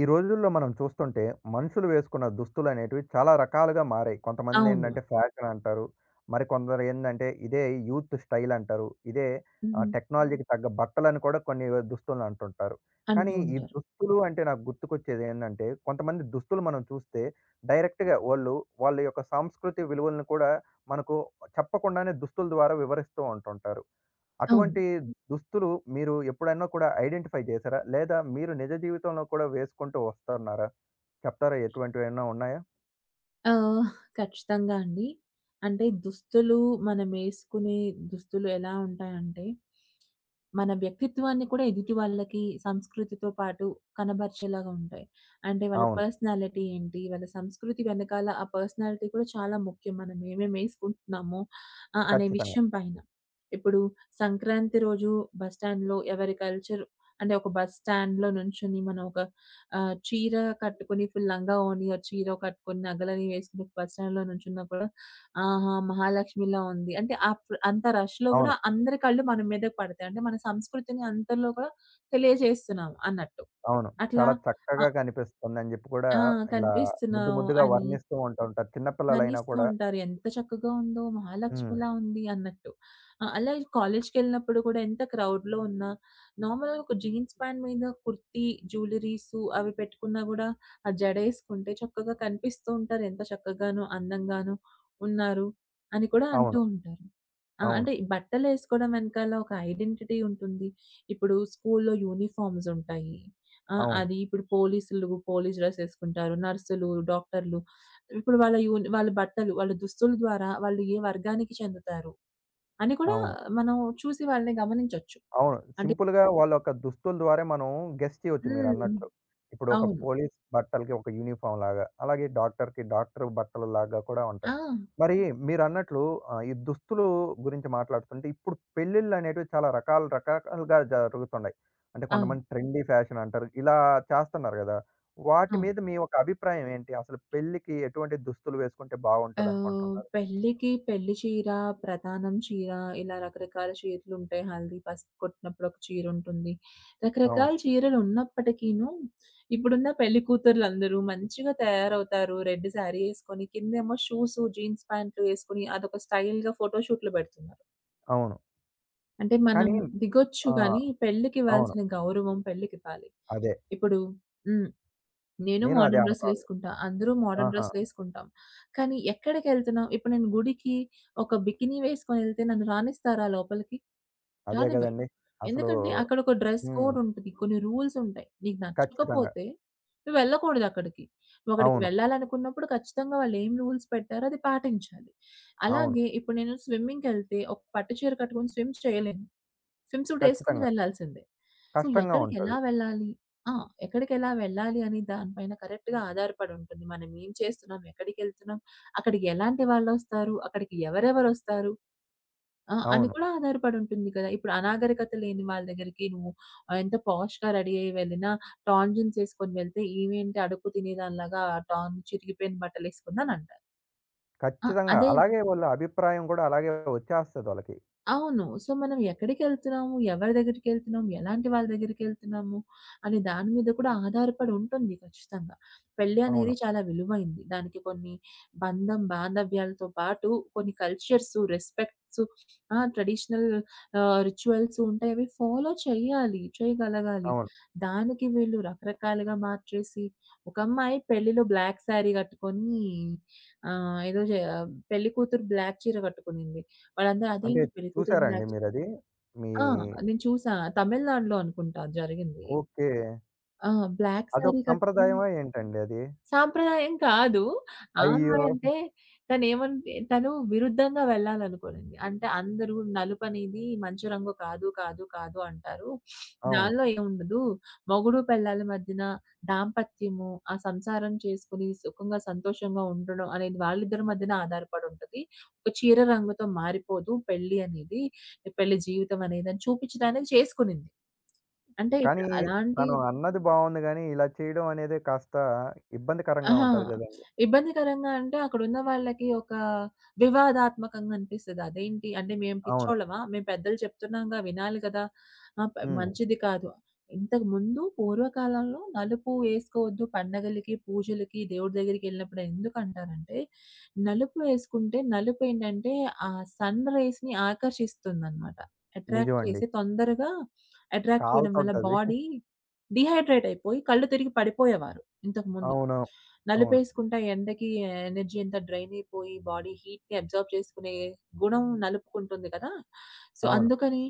ఈ రోజుల్లో మనం చూస్తుంటే మనుషులు వేసుకున్న దుస్తులనేటివి చాలా రకాలుగా మారాయి. కొంతమంది అవును. ఏంటంటే ఫ్యాషన్ అంటారు. మరి కొందరు ఏందంటే ఇదే యూత్ స్టైల్ అంటారు. ఇదే ఆహ్, హ్మ్. హ్మ్. టెక్నాలజీకి తగ్గ బట్టలని కూడా కొన్ని దుస్తులను అంటుంటారు. అంటూ కానీ ఈ ఉంటారు. దుస్తులు అంటే నాకు గుర్తుకొచ్చేది ఏందంటే కొంతమంది దుస్తులు మనం చూస్తే డైరెక్ట్‌గా వాళ్ళ యొక్క సాంస్కృతి విలువలను కూడా మనకు చెప్పకుండానే దుస్తుల ద్వారా వివరిస్తూ ఉంటుంటారు. అవును. అటువంటి దుస్తులు మీరు ఎప్పుడన్నా కూడా ఐడెంటిఫై చేశారా? లేదా మీరు నిజ జీవితంలో కూడా వేసుకుంటూ వస్తున్నారా? చెప్తారా ఎటువంటివైనా ఉన్నాయా? ఆహ్, ఖచ్చితంగా అండి. అంటే దుస్తులు మనమేసుకునే దుస్తులు ఎలా ఉంటాయంటే, మన వ్యక్తిత్వాన్ని కూడా ఎదుటి వాళ్ళకి సంస్కృతితో పాటు కనబరిచేలాగా ఉంటాయి. అంటే వాళ్ళ అవును. పర్సనాలిటీ ఏంటి? వాళ్ళ సంస్కృతి వెనకాల ఆ పర్సనాలిటీ కూడా చాలా ముఖ్యం. మనం ఏమేమేసుకుంటున్నాము అనే ఖచ్చితంగా. విషయం పైన. ఇప్పుడు సంక్రాంతి రోజు బస్టాండ్‌లో ఎవరి కల్చర్ అంటే ఒక బస్ స్టాండ్‌లో నుంచొని మనం ఒక చీర కట్టుకొని ఫుల్ లంగా ఓణి, ఆ చీర కట్టుకొని నగలని వేసుకొని బస్ స్టాండ్‌లో నుంచున్నా కూడా ఆహా! మహాలక్ష్మిలా ఉంది. అంటే అంత రష్‌లో గూడా అవును. అందరి కళ్ళు మన మీద పడతాయి. అంటే మన సంస్కృతిని అందరిలో కూడా తెలియజేస్తున్నాం అన్నట్టు. అవును. అట్లా చాలా చక్కగా ఆహ్, కనిపిస్తుందని జెప్పి కూడా ఆ! ఇలా ముద్దు కనిపిస్తున్నావు ముద్దుగా అని వర్ణిస్తూ ఉంటారు. చిన్న పిల్లలైనా వర్ణిస్తూ కూడా. ఉంటారు. ఎంత చక్కగా ఉందో హ్మ్. మహాలక్ష్మిలా ఉంది అన్నట్టు. అలా కాలేజ్‌కెళ్ళినప్పుడు కూడా ఎంత క్రౌడ్‌లో ఉన్నా నార్మల్‌గా ఒక జీన్స్ ప్యాంట్ మీద కుర్తీ, జ్యువెలరీసు అవి పెట్టుకున్నా గూడా ఆ జడేసుకుంటే చక్కగా కనిపిస్తూ ఉంటారు. ఎంత చక్కగానో, అందంగానో ఉన్నారు అని కూడా అంటూ అవును. ఉంటారు. ఆ! అవును. అంటే బట్టలేసుకోవడం వెనకాల ఒక ఐడెంటిటీ ఉంటుంది. ఇప్పుడు స్కూల్‌లో యూనిఫార్మ్స్ ఉంటాయి. ఆ! అవును. అది ఇప్పుడు పోలీసులు పోలీస్ డ్రెస్ ఏసుకుంటారు. నర్సులు, డాక్టర్‌లు ఇప్పుడు వాళ్ళ బట్టలు, వాళ్ళ దుస్తుల ద్వారా వాళ్ళు ఏ వర్గానికి చెందుతారు అని కూడా అవును. మనం చూసి వాళ్ళని గమనించొచ్చు. అవును. అంటే సింపుల్‌గా వాళ్ళ యొక్క దుస్తుల ద్వారా మనం గెస్ చేయొచ్చు హ్మ్. మీరన్నట్లు. ఇప్పుడు ఒక అవును. పోలీస్ బట్టలకి ఒక యూనిఫార్మ్‌లాగా, అలాగే డాక్టర్‌కి డాక్టర్ బట్టలలాగా కూడా ఆ! ఉంటాయి. మరి మీరన్నట్లు ఈ దుస్తులు గురించి మాట్లాడుతుంటే ఇప్పుడు పెళ్ళిళ్ళనేటివి చాలా రకాలు రకరకాలుగా జరుగుతున్నాయి. అంటే అవును. కొంతమంది ట్రెండీ ఫ్యాషన్ అంటారు. ఇలా చేస్తున్నారు గదా! వాటి అవును. మీద మీ ఒక అభిప్రాయం ఏంటి? అసలు పెళ్ళికి ఎటువంటి దుస్తులు వేసుకుంటే బావుంటదనుకుంటున్నారు? పెళ్ళికి పెళ్లి చీర, ప్రధానం చీర ఇలా రకరకాల చీరలుంటాయి. హల్దీ పసుపు కొట్టినప్పుడు ఒక చీరుంటుంది. అవును. రకరకాల చీరలు ఉన్నప్పటికీను, ఇప్పుడున్న పెళ్లి కూతుర్లందరూ మంచిగా తయారవుతారు. రెడ్ శారీ యేసుకొని, కిందేమో షూసు, జీన్స్ ప్యాంట్లు యేసుకొని అదొక స్టైల్‌గా ఫోటో షూట్‌లు పెడుతున్నారు. అవును. అంటే మనం కానీ. హ్మ్. దిగొచ్చు గానీ, ఆహ్, అవును. పెళ్ళికివ్వాల్సిన గౌరవం పెళ్ళికివ్వాలి. అదే. ఇప్పుడు హ్మ్. నేను నేను అదే మోడర్న్ అనుకోను. డ్రెస్సులేసుకుంటా. అందరూ మోడర్న్ ఆహా! డ్రెస్సులేసుకుంటాం. కానీ ఎక్కడికెళ్తున్నాం? ఇప్పుడు నేను గుడికి ఒక బికినీ వేసుకొనెళ్తే నన్ను రానిస్తారా లోపలికి? అదే రానివ్వరు. గదండీ. అసలు. ఎందుకంటే అక్కడొక డ్రెస్ హ్మ్. కోడ్ ఉంటది. కొన్ని రూల్స్ ఉంటాయి. నీకు ఖచ్చితంగా. నచ్చకపోతే నువ్వెళ్ళకూడదక్కడికి. నువ్వక్కడికి అవును. వెళ్ళాలనుకున్నప్పుడు ఖచ్చితంగా వాళ్ళేం రూల్స్ పెట్టారో అది పాటించాలి. అవును. అలాగే ఇప్పుడు నేను స్విమ్మింగ్‌కెళ్తే ఒక పట్టు చీర కట్టుకొని స్విమ్ చేయలేను. స్విమ్ సూటేసుకొని ఖచ్చితంగా. వెళ్ళాల్సిందే. సో, కష్టంగా ఎక్కడికెలా ఉంటది. వెళ్ళాలి? ఆ! ఎక్కడికెలా వెళ్ళాలి అని దానిపైన కరెక్ట్‌గా ఆధారపడి ఉంటుంది. మనం ఏం చేస్తున్నాం? ఎక్కడికెళ్తున్నాం? అక్కడికి ఎలాంటి వాళ్ళొస్తారు? అక్కడికి ఎవరెవరొస్తారు? ఆ! అని అవును. కూడా ఆధారపడి ఉంటుంది కదా! ఇప్పుడు అనాగరికత లేని వాళ్ళ దగ్గరికి నువ్వు ఎంత పాష్‌గా రెడీ అయ్యి వెళ్ళినా, టాంజిన్స్ ఏసుకొని వెళ్తే, ఈమేంటి అడుక్కు తినేదానిలాగా టాన్ చిరిగిపోయిన బట్టలేసుకుందని అంటారు. ఆ! ఖచ్చితంగా. అదే అలాగే వాళ్ళ అభిప్రాయం గూడా అలాగే వచ్చేస్తది వాళ్ళకి. అవును. సో, మనం ఎక్కడికెళ్తున్నాము, ఎవరి దగ్గరికెళ్తున్నాము, ఎలాంటి వాళ్ళ దగ్గరికెళ్తున్నాము, అనే దాని మీద కూడా ఆధారపడి ఉంటుంది ఖచ్చితంగా. పెళ్లి అనేది అవును. చాలా విలువైంది. దానికి కొన్ని బంధం, బాంధవ్యాలతో పాటు కొన్ని కల్చర్సు, రెస్పెక్ట్సు, ఆ! ట్రెడిషనల్ రిచువల్స్ ఉంటాయి. అవి ఫాలో చేయాలి, చేయగలగాలి. అవును. దానికి వీళ్ళు రకరకాలుగా మార్చేసి, ఒక అమ్మాయి పెళ్లిలో బ్లాక్ శారీ కట్టుకొని ఆహ్, ఏదో జే పెళ్లి కూతురు బ్లాక్ చీర కట్టుకునింది. వాళ్ళందరూ అంటే అదేంటి పెళ్ళికూతురు చూసారండి బ్లాక్. మీరది? మీ ఆ! నేను చూసా. తమిళనాడులో అనుకుంటా జరిగింది. ఓకే. ఆ! బ్లాక్ అదొక సారీ కట్టుకుని సంప్రదాయమా ఏంటండి అది? సాంప్రదాయం కాదు. ఆ అయ్యో! అమ్మాయి అంటే తనేమన్ తను విరుద్ధంగా వెళ్ళాలనుకోనింది. అంటే అందరూ నలుపనేది మంచి రంగు కాదు అంటారు. అవును. దానిలో ఏముండదు. మొగుడు పెళ్ళాల మధ్యన దాంపత్యము, ఆ సంసారం చేసుకొని సుఖంగా, సంతోషంగా ఉండడం అనేది వాళ్ళిద్దరి మధ్యన ఆధారపడి ఉంటది. ఒక చీర రంగుతో మారిపోదు పెళ్లి అనేది. పెళ్లి జీవితం అనేది అని చూపించడానికి చేసుకునింది. అంటే కానీ ఇప్పుడు అలాంటి తను అన్నది బావుంది గానీ, ఇలా చేయడం అనేది కాస్త ఇబ్బందికరంగా అహా! ఉంటది గదండీ! ఇబ్బందికరంగా అంటే అక్కడున్న వాళ్ళకి ఒక వివాదాత్మకంగా అనిపిస్తది. అదేంటి అంటే మేము అవును. పిచ్చోళ్ళమా? మేము పెద్దలు చెప్తున్నాంగా వినాలి కదా! ఆహ్, ప హ్మ్. మంచిది కాదు. ఇంతకుముందు పూర్వకాలంలో నలుపు ఏసుకోవద్దు పండగలకి, పూజలకి, దేవుడి దగ్గరికెళ్ళినప్పుడు ఎందుకంటారంటే, నలుపు ఏసుకుంటే నలుపేంటంటే ఆ సన్ రేస్‌ని ఆకర్షిస్తుందనమాట. అట్రాక్ట్ నిజమండి. చేసి తొందరగా అట్రాక్ట్ చేయడం వల్ల కాలుతోటది. బాడీ డీహైడ్రేట్ అయిపోయి కళ్ళు తిరిగి పడిపోయేవారు ఇంతకుముందు. అవును. అవును. నలుపేసుకుంటా ఎండకి ఎనర్జీ అంతా డ్రైన్ అయిపోయి బాడీ హీట్‌ని అబ్జార్బ్ చేసుకునే గుణం నలుపుకుంటుంది కదా! సో, అవును. అందుకని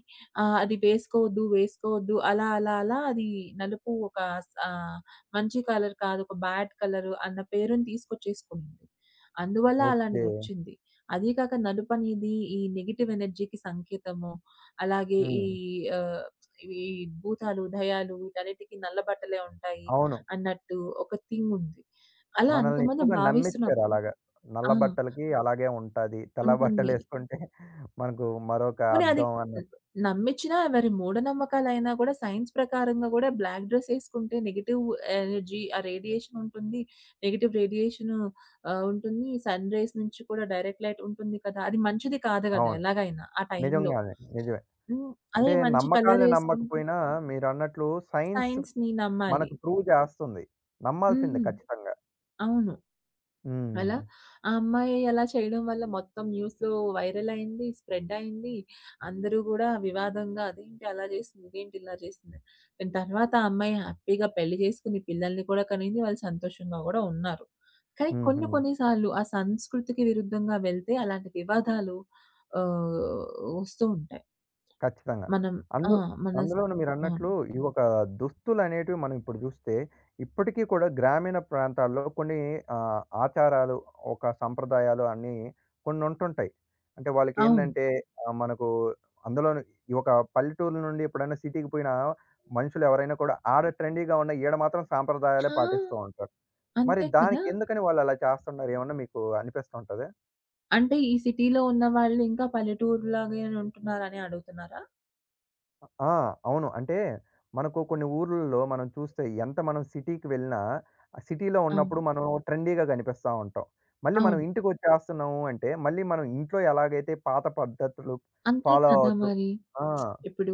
అది వేసుకోవద్దు అలా అది నలుపు ఒక స్ ఆహ్, మంచి కలర్ కాదు. ఒక బ్యాడ్ కలర్ అన్న పేరుని తీసుకొచ్చేసుకుంది. అందువల్ల ఓకే. అలాంటిదొచ్చింది. అదీ కాక నలుపనేది ఈ నెగెటివ్ ఎనర్జీకి సంకేతము. అలాగే ఈ హ్మ్. ఆహ్, ఈ భూతాలు, దయ్యాలు వీటన్నిటికి నల్ల బట్టలే ఉంటాయి అవును. అన్నట్టు ఒక థింగ్ ఉంది. అలా మనల్ని అంతమంది ఎక్కువగా నమ్మిచ్చారు భావిస్తున్నప్పుడు అలాగా. ఆ! నల్ల బట్టలకి అలాగే ఉంటాది. తెల్ల ఉంటుంది అని. బట్టలేసుకుంటే మనకు మరొక పోనీ అది అద్దం హ్మ్. అన్నట్టు. నమ్మిచ్చినా ఎవరి మూఢనమ్మకాలైనా కూడా సైన్స్ ప్రకారంగా గూడా బ్లాక్ డ్రెస్ ఏసుకుంటే నెగెటివ్ ఎనర్జీ ఆ రేడియేషన్ ఉంటుంది. నెగెటివ్ రేడియేషను ఉంటుంది. సన్ రేస్ నుంచి కూడా డైరెక్ట్ లైట్ ఉంటుంది కదా! అది మంచిది కాదు గదా! అవును. ఎలాగైనా ఆ టైంలో. నిజంగానే. నిజమే. హ్మ్. అదే అంటే మంచి కలర్ నమ్మకాల్ని ఏసుకుంటే నమ్మకపోయినా మీరన్నట్లు సైన్స్ సైన్స్‌ని నమ్మాలి. మనకు ప్రూవ్ చేస్తుంది. నమ్మాల్సిందే హ్మ్. ఖచ్చితంగా. అవును. అలా హ్మ్. ఆ అమ్మాయి అలా చేయడం వల్ల మొత్తం న్యూస్‌లో వైరల్ అయింది. స్ప్రెడ్ అయింది. అందరూ గూడా వివాదంగా అదేంటి అలా జేసింది? ఇదేంటి ఇలా జేసిందని? కానీ తర్వాత ఆ అమ్మాయి హ్యాపీగా పెళ్లి జేసుకుంది. పిల్లల్ని కూడా కనింది. వాళ్ళు సంతోషంగా గూడా ఉన్నారు. కానీ కొన్ని హుహు. కొన్ని సార్లు ఆ సంస్కృతికి విరుద్ధంగా వెళ్తే అలాంటి వివాదాలు ఆహ్, వస్తూ ఉంటాయి. ఖచ్చితంగా. మనం ఆ! అందు మన స్ అందులోను అవును. మీరన్నట్లు ఈ ఒక దుస్తులనేటివి మనం ఇప్పుడు జూస్తే, ఇప్పటికీ కూడా గ్రామీణ ప్రాంతాల్లో కొన్ని ఆచారాలు, ఒక సంప్రదాయాలు అన్నీ కొన్నుంటుంటాయి. అంటే అవును. వాళ్ళకేందంటే మనకు అందులోను ఈ ఒక పల్లెటూరు నుండి ఎప్పుడైనా సిటీకి పోయిన మనుషులెవరైనా కూడా ఆడ ట్రెండీగా ఉన్న ఈడ మాత్రం సాంప్రదాయాలే పాటిస్తూ ఆ! ఉంటారు. మరి అంతే కదా! దానికెందుకని వాళ్ళలా చేస్తున్నారు? ఏమన్నా మీకు అనిపిస్తుంటదా? అంటే ఈ సిటీలో ఉన్నవాళ్ళు ఇంకా పల్లెటూరులాగానే ఉంటున్నారని అడుగుతున్నారా? ఆ! అవును. అంటే మనకు కొన్ని ఊర్లలో మనం చూస్తే ఎంత మనం సిటీకి వెళ్ళినా, ఆ సిటీలో ఉన్నప్పుడు అవును. మనం ట్రెండీగా కనిపిస్తా ఉంటాం. మళ్ళీ మనం అవును. ఇంటికొచ్చేస్తున్నాము అంటే, మళ్ళీ మనం ఇంట్లో ఎలాగైతే పాత పద్ధతులు అంతే ఫాలో కదా అవుతూ. మరి. ఆ! ఇప్పుడు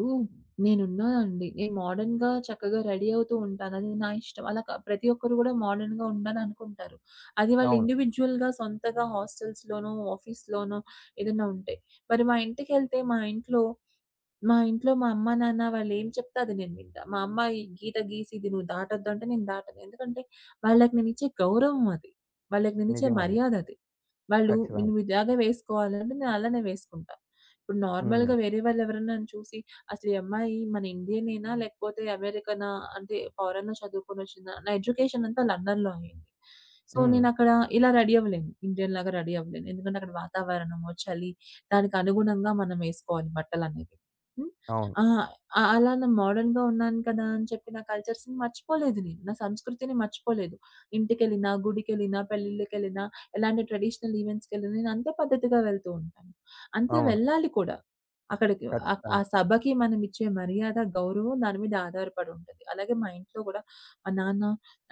నేనున్నానండి. నేను మోడర్న్‌గా చక్కగా రెడీ అవుతూ ఉంటాను. అది నా ఇష్టం. అలా క ప్రతి ఒక్కరు కూడా మోడర్న్‌గా ఉండాలనుకుంటారు. అది వాళ్ళు అవును. ఇండివిడ్యుయల్‌గా సొంతగా హాస్టల్స్‌లోనో, ఆఫీస్‌లోనో ఏదైనా ఉంటే. మరి మా ఇంటికెళ్తే మా ఇంట్లో మా అమ్మ, నాన్న వాళ్ళేం చెప్తే అది నేను వింటా. మా అమ్మ ఈ గీత గీసి ఇది నువ్వు దాటొద్దు అంటే నేను దాటను. ఎందుకంటే వాళ్ళకి నేనిచ్చే గౌరవం అది. వాళ్ళకి నేనిచ్చే నిజమండి. మర్యాదది. వాళ్ళు ఖచ్చితంగా. నువ్వు ఇలాగే వేసుకోవాలంటే నేను అలానే వేసుకుంటా. ఇప్పుడు హ్మ్. నార్మల్‌గా వేరే వాళ్ళెవరన్నా నన్ను చూసి అసలు ఈ అమ్మాయి మన ఇండియనేనా లేకపోతే అమెరికనా అంటే ఫారెన్‌లో చదువుకొనొచ్చిందా? నా ఎడ్యుకేషన్ అంతా లండన్‌లో అయింది. సో, హ్మ్. నేనక్కడ ఇలా రెడీ అవ్వలేను. ఇండియన్‌లాగా రెడీ అవ్వలేను. ఎందుకంటే అక్కడ వాతావరణము, చలి దానికి అనుగుణంగా మనం వేసుకోవాలి బట్టలనేవి. హ్మ్. అవును. ఆహ్, ఆహ్, అలా నా మోడర్న్‌గా ఉన్నాను కదా! అని చెప్పి నా కల్చర్స్‌ని మర్చిపోలేదు నేను. నా సంస్కృతిని మర్చిపోలేదు. ఇంటికెళ్ళినా, గుడికెళ్ళినా, పెళ్ళిళ్ళకెళ్ళినా, ఎలాంటి ట్రెడిషనల్ ఈవెంట్స్‌కెళ్ళినా నేను అంతే పద్ధతిగా వెళ్తూ ఉంటాను. అంతే అవును. వెళ్ళాలి కూడా. అక్కడికి ఆ ఖచ్చితంగా. సభకి మనం ఇచ్చే మర్యాద, గౌరవం దాని మీద ఆధారపడి ఉంటది. అలాగే మా ఇంట్లో గూడా మా నాన్న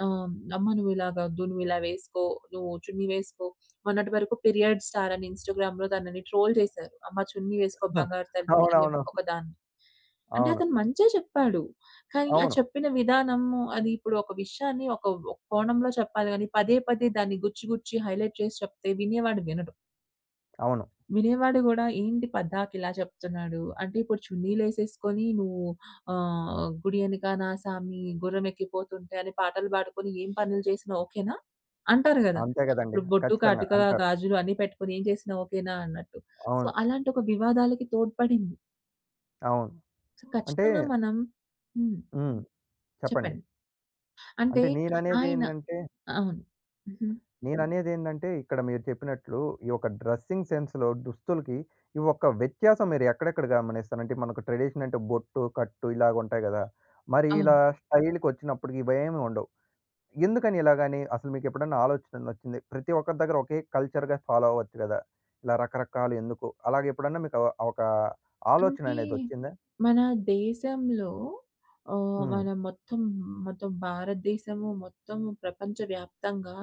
ఆహ్, "అమ్మ నువ్వు ఇలాగొద్దు, నువ్వు ఇలా వేసుకో, నువ్వు చున్నీ వేసుకో" మొన్నటి వరకు పీరియడ్ స్టార్ అని ఇన్‌స్టాగ్రామ్‌లో తనని ట్రోల్ చేశారు. అమ్మ చున్నీ వేసుకో బంగారు హ! తల్లి అనే అవునవును. ఒకదాన్ని. అంటే అవును. అతను మంచే చెప్పాడు. కానీ ఆ అవును. చెప్పిన విధానము అది ఇప్పుడు ఒక విషయాన్ని ఒక ఒక కోణంలో చెప్పాలి గానీ పదే పదే దాన్ని గుచ్చి గుచ్చి హైలైట్ చేసి చెప్తే వినేవాడు వినడు. అవును. వినేవాడు గూడా ఏంటి పద్దాక ఇలా చెప్తున్నాడు. అంటే ఇప్పుడు చున్నీలేసేసుకొని నువ్వు గుడి ఎనకాన సామి గుర్రమెక్కిపోతుంటే అని పాటలు పాడుకొని ఏం పనులు చేసినా ఓకేనా? అంటారు గదా! అంతే కదండీ. ఇప్పుడు బొట్టు, ఖచ్చితంగా కాటుక, అంటారు. గాజులు అన్నీ పెట్టుకొని ఏం చేసినా ఓకేనా అన్నట్టు. సో, అవును. అలాంటి ఒక వివాదాలకి తోడ్పడింది. అవును. సో, అంటే. ఖచ్చితంగా మనం హ్మ్. హ్మ్. చెప్పండి. చెప్పండి. అంటే అంటే ఆయన నేననేదేంటంటే. అవును. హుహు. నేననేదేందంటే, ఇక్కడ మీరు చెప్పినట్లు ఈ యొక్క డ్రెస్సింగ్ సెన్స్‌లో దుస్తులకి ఈ ఒక్క వ్యత్యాసం మీరు ఎక్కడెక్కడ గమనిస్తారంటే, మనకు ట్రెడిషన్ అంటే బొట్టు, కట్టు ఇలాగుంటాయి గదా! మరి ఇలా అవును. స్టైల్‌కొచ్చినప్పటికి ఇవేమి ఉండవు. ఎందుకని ఇలాగని అసలు మీకెప్పుడన్నా ఆలోచనొచ్చింది? ప్రతి ఒక్కరి దగ్గర ఒకే కల్చర్‌గా ఫాలో అవ్వచ్చు గదా! ఇలా రకరకాలు ఎందుకు? అలాగే ఎప్పుడన్నా మీకు ఒక అంటే ఆలోచననేదొచ్చిందా? మన దేశంలో ఆహ్, హ్మ్. మన మొత్తం మొత్తం భారతదేశము మొత్తం ప్రపంచవ్యాప్తంగా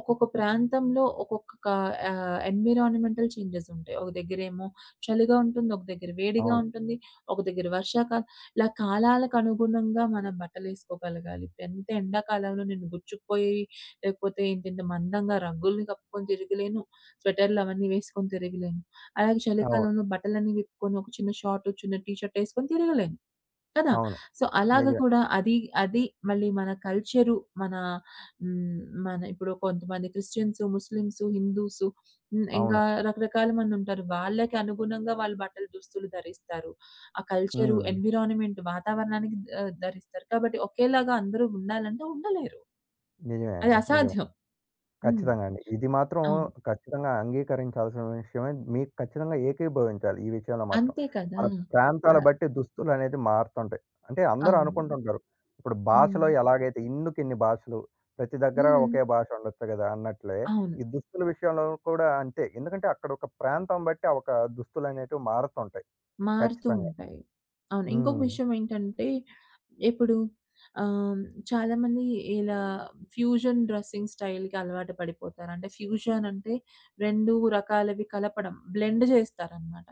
ఒక్కొక్క ప్రాంతంలో ఒక్కొక్క కా ఆహ్, ఎన్విరాన్మెంటల్ చేంజెస్ ఉంటాయి. ఒక దగ్గరేమో చలిగా ఉంటుంది. ఒక దగ్గర వేడిగా అవును. ఉంటుంది. ఒక దగ్గర వర్షాకాలం ఇలా కాలాలకు అనుగుణంగా మనం బట్టలేసుకోగలగాలి. ఎంత ఎండాకాలంలో నేను గుచ్చుకుపోయి లేకపోతే ఇంతింత మందంగా రగ్గుల్ని కప్పుకొని తిరగలేను. స్వెటర్‌లు అవన్నీ వేసుకొని తిరగలేను. అలాగే అవును. చలికాలంలో బట్టలన్నీ విప్పుకొని ఒక చిన్న షార్ట్, చిన్న టీ షర్ట్ ఏసుకొని తిరగలేను. కదా! అవును. సో, అలాగ నిజమే. కూడా అది అది మళ్ళీ మన కల్చరు మన హ్మ్, మన ఇప్పుడు కొంతమంది క్రిస్టియన్స్, ముస్లిమ్స్, హిందూస్ హ్మ్, ఇంకా అవును. రకరకాల మందుంటారు. వాళ్ళకి అనుగుణంగా వాళ్ళు బట్టలు, దుస్తులు ధరిస్తారు. ఆ కల్చరు, హ్మ్. ఎన్విరాన్మెంట్ వాతావరణానికి ధరిస్తారు. కాబట్టి ఒకేలాగా అందరూ ఉండాలంటే ఉండలేరు. నిజమే అది అండి. నిజమే. అసాధ్యం. హ్మ్. ఖచ్చితంగా అండి. ఇది మాత్రం అవును. ఖచ్చితంగా అంగీకరించాల్సిన విషయమే. మీకు ఖచ్చితంగా ఏకీభవించాలి ఈ విషయంలో మాత్రం. అంతే కదా! మన ప్రాంతాల ఆహ్, బట్టి దుస్తులనేది మారుతుంటాయి. అంటే అందరూ అవును. అనుకుంటుంటారు. ఇప్పుడు భాషలో హ్మ్. ఎలాగైతే ఇన్నుకిన్ని భాషలు, ప్రతి దగ్గర హ్మ్. ఒకే భాష ఉండొచ్చు గదా! అన్నట్లే అవును. ఈ దుస్తుల విషయంలో కూడా అంతే. ఎందుకంటే అక్కడ ఒక ప్రాంతం బట్టి ఆ ఒక దుస్తులనేటివి మారుతుంటాయి. మారుతూ ఖచ్చితంగా. ఉంటాయి. అవును. ఇంకొక హ్మ్. విషయం ఏంటంటే ఇప్పుడు ఆహ్, చాలామంది ఇలా ఫ్యూజన్ డ్రెస్సింగ్ స్టైల్‌కి అలవాటు పడిపోతారు. అంటే ఫ్యూజన్ అంటే 2 రకాలవి కలపడం, బ్లెండ్ చేస్తారనమాట.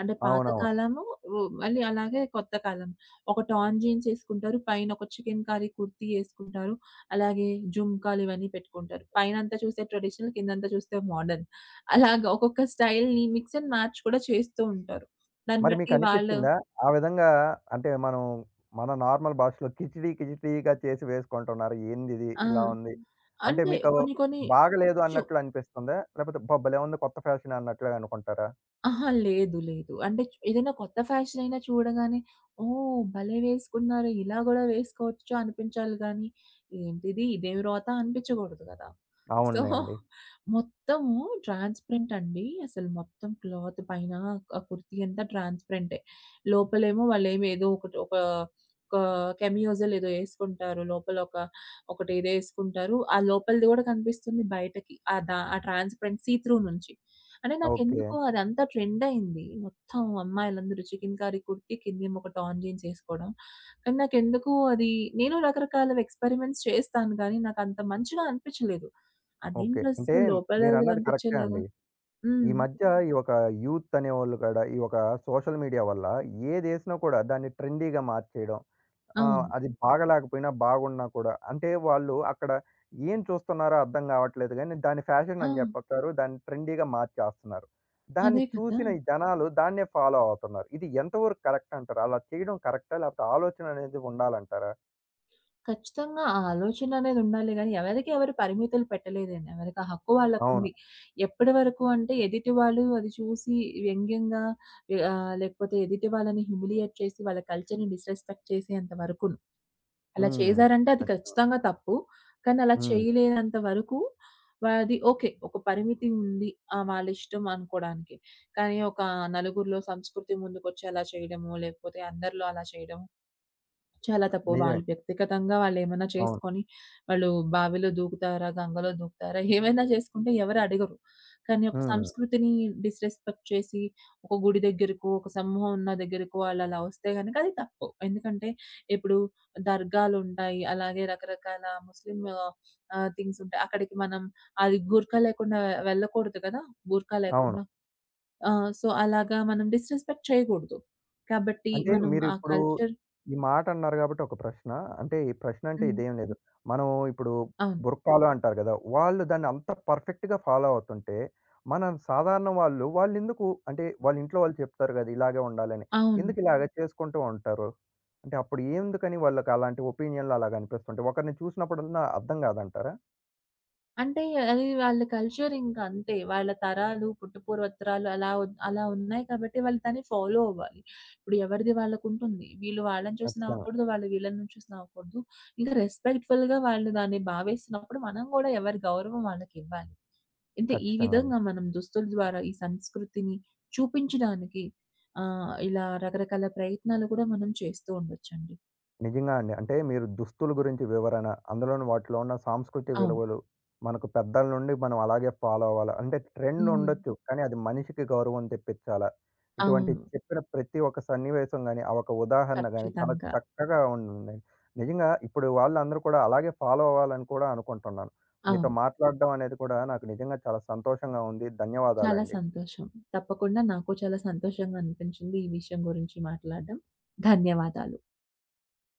అంటే పాత అవునవును. కాలము మళ్ళీ అలాగే కొత్త కాలం. ఒక టార్న్ జీన్స్ ఏసుకుంటారు. పైన ఒక చికెన్ కారీ కుర్తీ ఏసుకుంటారు. అలాగే జుంకాలు ఇవన్నీ పెట్టుకుంటారు. పైనంతా చూస్తే ట్రెడిషనల్, కిందంతా చూస్తే మోడర్న్. అలాగా ఒక్కొక్క స్టైల్‌ని మిక్స్ అండ్ మ్యాచ్ కూడా చేస్తూ ఉంటారు. దాన్ని మరి బట్టి వాళ్ళు మీకనిపిచ్చిందా? ఆ విధంగా అంటే మనం మన నార్మల్ భాషలో కిచిడీ కిచిడీగా చేసి వేసుకుంటున్నారు. ఏందిది ఆ! ఇలా ఉంది. అంటే అంటే మీకు కొన్ని కొన్ని బాగాలేదు చు అన్నట్లు అనిపిస్తుందా? లేకపోతే అబ్బా! భలే ఉంది కొత్త ఫ్యాషన్ అన్నట్లుగా అనుకుంటారా? అహా! లేదు. అంటే ఏదైనా కొత్త ఫ్యాషన్ అయినా చూడగానే, ఓహ్! భలే వేసుకున్నారు. ఇలా గూడా వేసుకోవచ్చు అనిపించాలి గానీ, ఏంటిది ఇదేమి రోత అనిపించకూడదు గదా! సో, అవునులెండి. మొత్తము ట్రాన్స్‌పరెంట్ అండి. అసలు మొత్తం క్లాత్ పైన ఆ కుర్తీ అంతా ట్రాన్స్‌పరెంటే. లోపలేమో వాళ్ళేమి ఏదో ఒకటి ఒక ఒక కెమియోజోలు ఏదో యేసుకుంటారు. లోపల ఒక ఒకటేదో యేసుకుంటారు. ఆ లోపలిది గూడా కనిపిస్తుంది బయటకి. ఆ ట్రాన్స్‌పరెంట్ సీ త్రూ నుంచి. అంటే ఓకే. నాకెందుకో అదంతా ట్రెండ్ అయింది. మొత్తం అమ్మాయిలందరూ చికెన్ కర్రీ కుర్తి, కిందేమో ఒక టార్న్ జీన్స్ ఏసుకోవడం. కానీ నాకెందుకో అది నేను రకరకాలవి ఎక్స్‌పెరిమెంట్స్ చేస్తాను గానీ, నాకంత మంచిగా అనిపించలేదు. అదేం ఓకే. అంటే డ్రెస్సు లోపల మీరన్నది కరెక్టే కనిపించేలాగా అండి. ఈ హ్మ్. మధ్య ఈ ఒక యూత్ అనేవాళ్ళు కూడా ఈ ఒక సోషల్ మీడియా వల్ల ఏదేసినా కూడా దాన్ని ట్రెండీగా మార్చేయడం. ఆ! అవును. అది బాగా లేకపోయినా, బాగున్నా కూడా. అంటే వాళ్ళు అక్కడ ఏం చూస్తున్నారో అర్థం గావట్లేదు గానీ, దాన్ని ఫ్యాషన్ ఆ! అని జెప్పట్లేరు. దాన్ని ట్రెండీగా మార్చేస్తున్నారు. దాన్ని అదే కదా! చూసిన ఈ జనాలు దాన్నే ఫాలో అవుతున్నారు. ఇది ఎంతవరకు కరెక్ట్ అంటారు? అలా చేయడం కరెక్టా? లేకపోతే ఆలోచన అనేది ఉండాలంటారా? ఖచ్చితంగా ఆ ఆలోచననేది ఉండాలి గానీ, ఎవరికి ఎవరు పరిమితులు పెట్టలేదండి. ఎవరికి ఆ హక్కు అవును. వాళ్ళకుంది. ఎప్పటి వరకు అంటే ఎదుటి వాళ్ళు అది చూసి వ్యంగ్యంగా లేకపోతే ఎదుటి వాళ్ళని హ్యూమిలియేట్ చేసి, వాళ్ళ కల్చర్‌ని డిస్‌రెస్పెక్ట్ చేసేంత వరకును. అలా హ్మ్. చేశారంటే అది ఖచ్చితంగా. ఖచ్చితంగా తప్పు. కానీ అలా హ్మ్. చేయలేనంత వరకు అది ఓకే. ఒక పరిమితి ఉంది. ఆ! వాళ్ళిష్టం అనుకోడానికి. కానీ ఒక నలుగురిలో సంస్కృతి ముందుకొచ్చి అలా చేయడము, లేకపోతే అందరిలో అలా చేయడం చాలా తప్పు. నిజమే. వాళ్ళు వ్యక్తిగతంగా వాళ్ళేమన్నా అవును. చేసుకొని, వాళ్ళు బావిలో దూకుతారా? గంగలో దూకుతారా? ఏమైనా చేసుకుంటే ఎవరు అడగరు. కానీ ఒక హ్మ్. సంస్కృతిని డిస్‌రెస్పెక్ట్ చేసి, ఒక గుడి దగ్గరకో, ఒక సమూహం ఉన్న దగ్గరకో ఆళ్ళలా వస్తే గనక అది తప్పు. ఎందుకంటే, ఇప్పుడు దర్గాలుంటాయి. అలాగే రకరకాల ముస్లిం థింగ్స్ ఉంటాయి. అక్కడికి మనం అది బుర్కా లేకుండా వెళ్ళకూడదు కదా! బుర్కా అవును. లేకుండా. ఆ! సో, అలాగా మనం డిస్‌రెస్పెక్ట్ చేయకూడదు. కాబట్టి అంటే మనం ఆ మీరిప్పుడు కల్చర్ ఈ మాట అన్నారు కాబట్టి ఒక ప్రశ్న. అంటే ఈ ప్రశ్న అంటే హ్మ్. ఇదేం లేదు. మనం ఇప్పుడు అవును. బుర్కాలు అంటారు గదా! వాళ్ళు దాన్ని అంత పర్ఫెక్ట్‌గా ఫాలో అవుతుంటే, మన సాధారణ వాళ్ళు, వాళ్ళెందుకు అంటే వాళ్ళ ఇంట్లో వాళ్ళు చెప్తారు గదా! ఇలాగే ఉండాలని. అవును. ఎందుకు ఇలాగ. హ్మ్. చేసుకుంటూ ఉంటారు? అంటే అప్పుడు ఎందుకని వాళ్ళకి అలాంటి ఒపీనియన్‌లు అలాగ అనిపిస్తుంటాయి? ఒకరిని చూసినప్పుడన్నా అర్థం గాదంటారా? అంటే అది వాళ్ళ కల్చర్ ఇంకా అంతే. వాళ్ళ తరాలు, పుట్టపూర్వోత్తరాలు అలా ఉన్నాయి కాబట్టి వాళ్ళు దాన్ని ఫాలో అవ్వాలి. ఇప్పుడు ఎవరిది వాళ్ళకుంటుంది. వీళ్ళు వాళ్ళని చూసి ఖచ్చితంగా. నవ్వకూడదు. వాళ్ళు వీళ్ళని చూసి నవ్వకూడదు. ఇంకా రెస్పెక్ట్‌ఫుల్‌గా వాళ్ళు దాన్ని భావిస్తున్నప్పుడు మనం కూడా ఎవరి గౌరవం వాళ్ళకివ్వాలి. అంటే ఈ ఖచ్చితంగా అండి. విధంగా మనం దుస్తుల ద్వారా ఈ సంస్కృతిని చూపించడానికి ఇలా రకరకాల ప్రయత్నాలు కూడా మనం చేస్తూ ఉండొచ్చండి. నిజంగా అండి. అంటే మీరు దుస్తుల గురించి వివరణ, అందులోని వాటిలో ఉన్న సాంస్కృతిక అవును. విలువలు, మనకు పెద్దల నుండి మనం అలాగే ఫాలో అవ్వాలా? అంటే ట్రెండ్ హ్మ్. ఉండొచ్చు. కానీ అది మనిషికి గౌరవం తెప్పించాలా? ఇటువంటి అవును. చెప్పిన ప్రతి ఒక్క సన్నివేశం గాని, ఆ ఒక ఉదాహరణ గాని చాలా ఖచ్చితంగా. చక్కగా ఉందండి. నిజంగా ఇప్పుడు వాళ్ళందరూ కూడా అలాగే ఫాలో అవ్వాలని కూడా అనుకుంటున్నాను. మీతో అవును. మాట్లాడడం అనేది కూడా నాకు నిజంగా చాలా సంతోషంగా ఉంది. చాలా ధన్యవాదాలండి. సంతోషం. తప్పకుండా నాకు చాలా సంతోషంగా అనిపించింది ఈ విషయం గురించి మాట్లాడడం. ధన్యవాదాలు.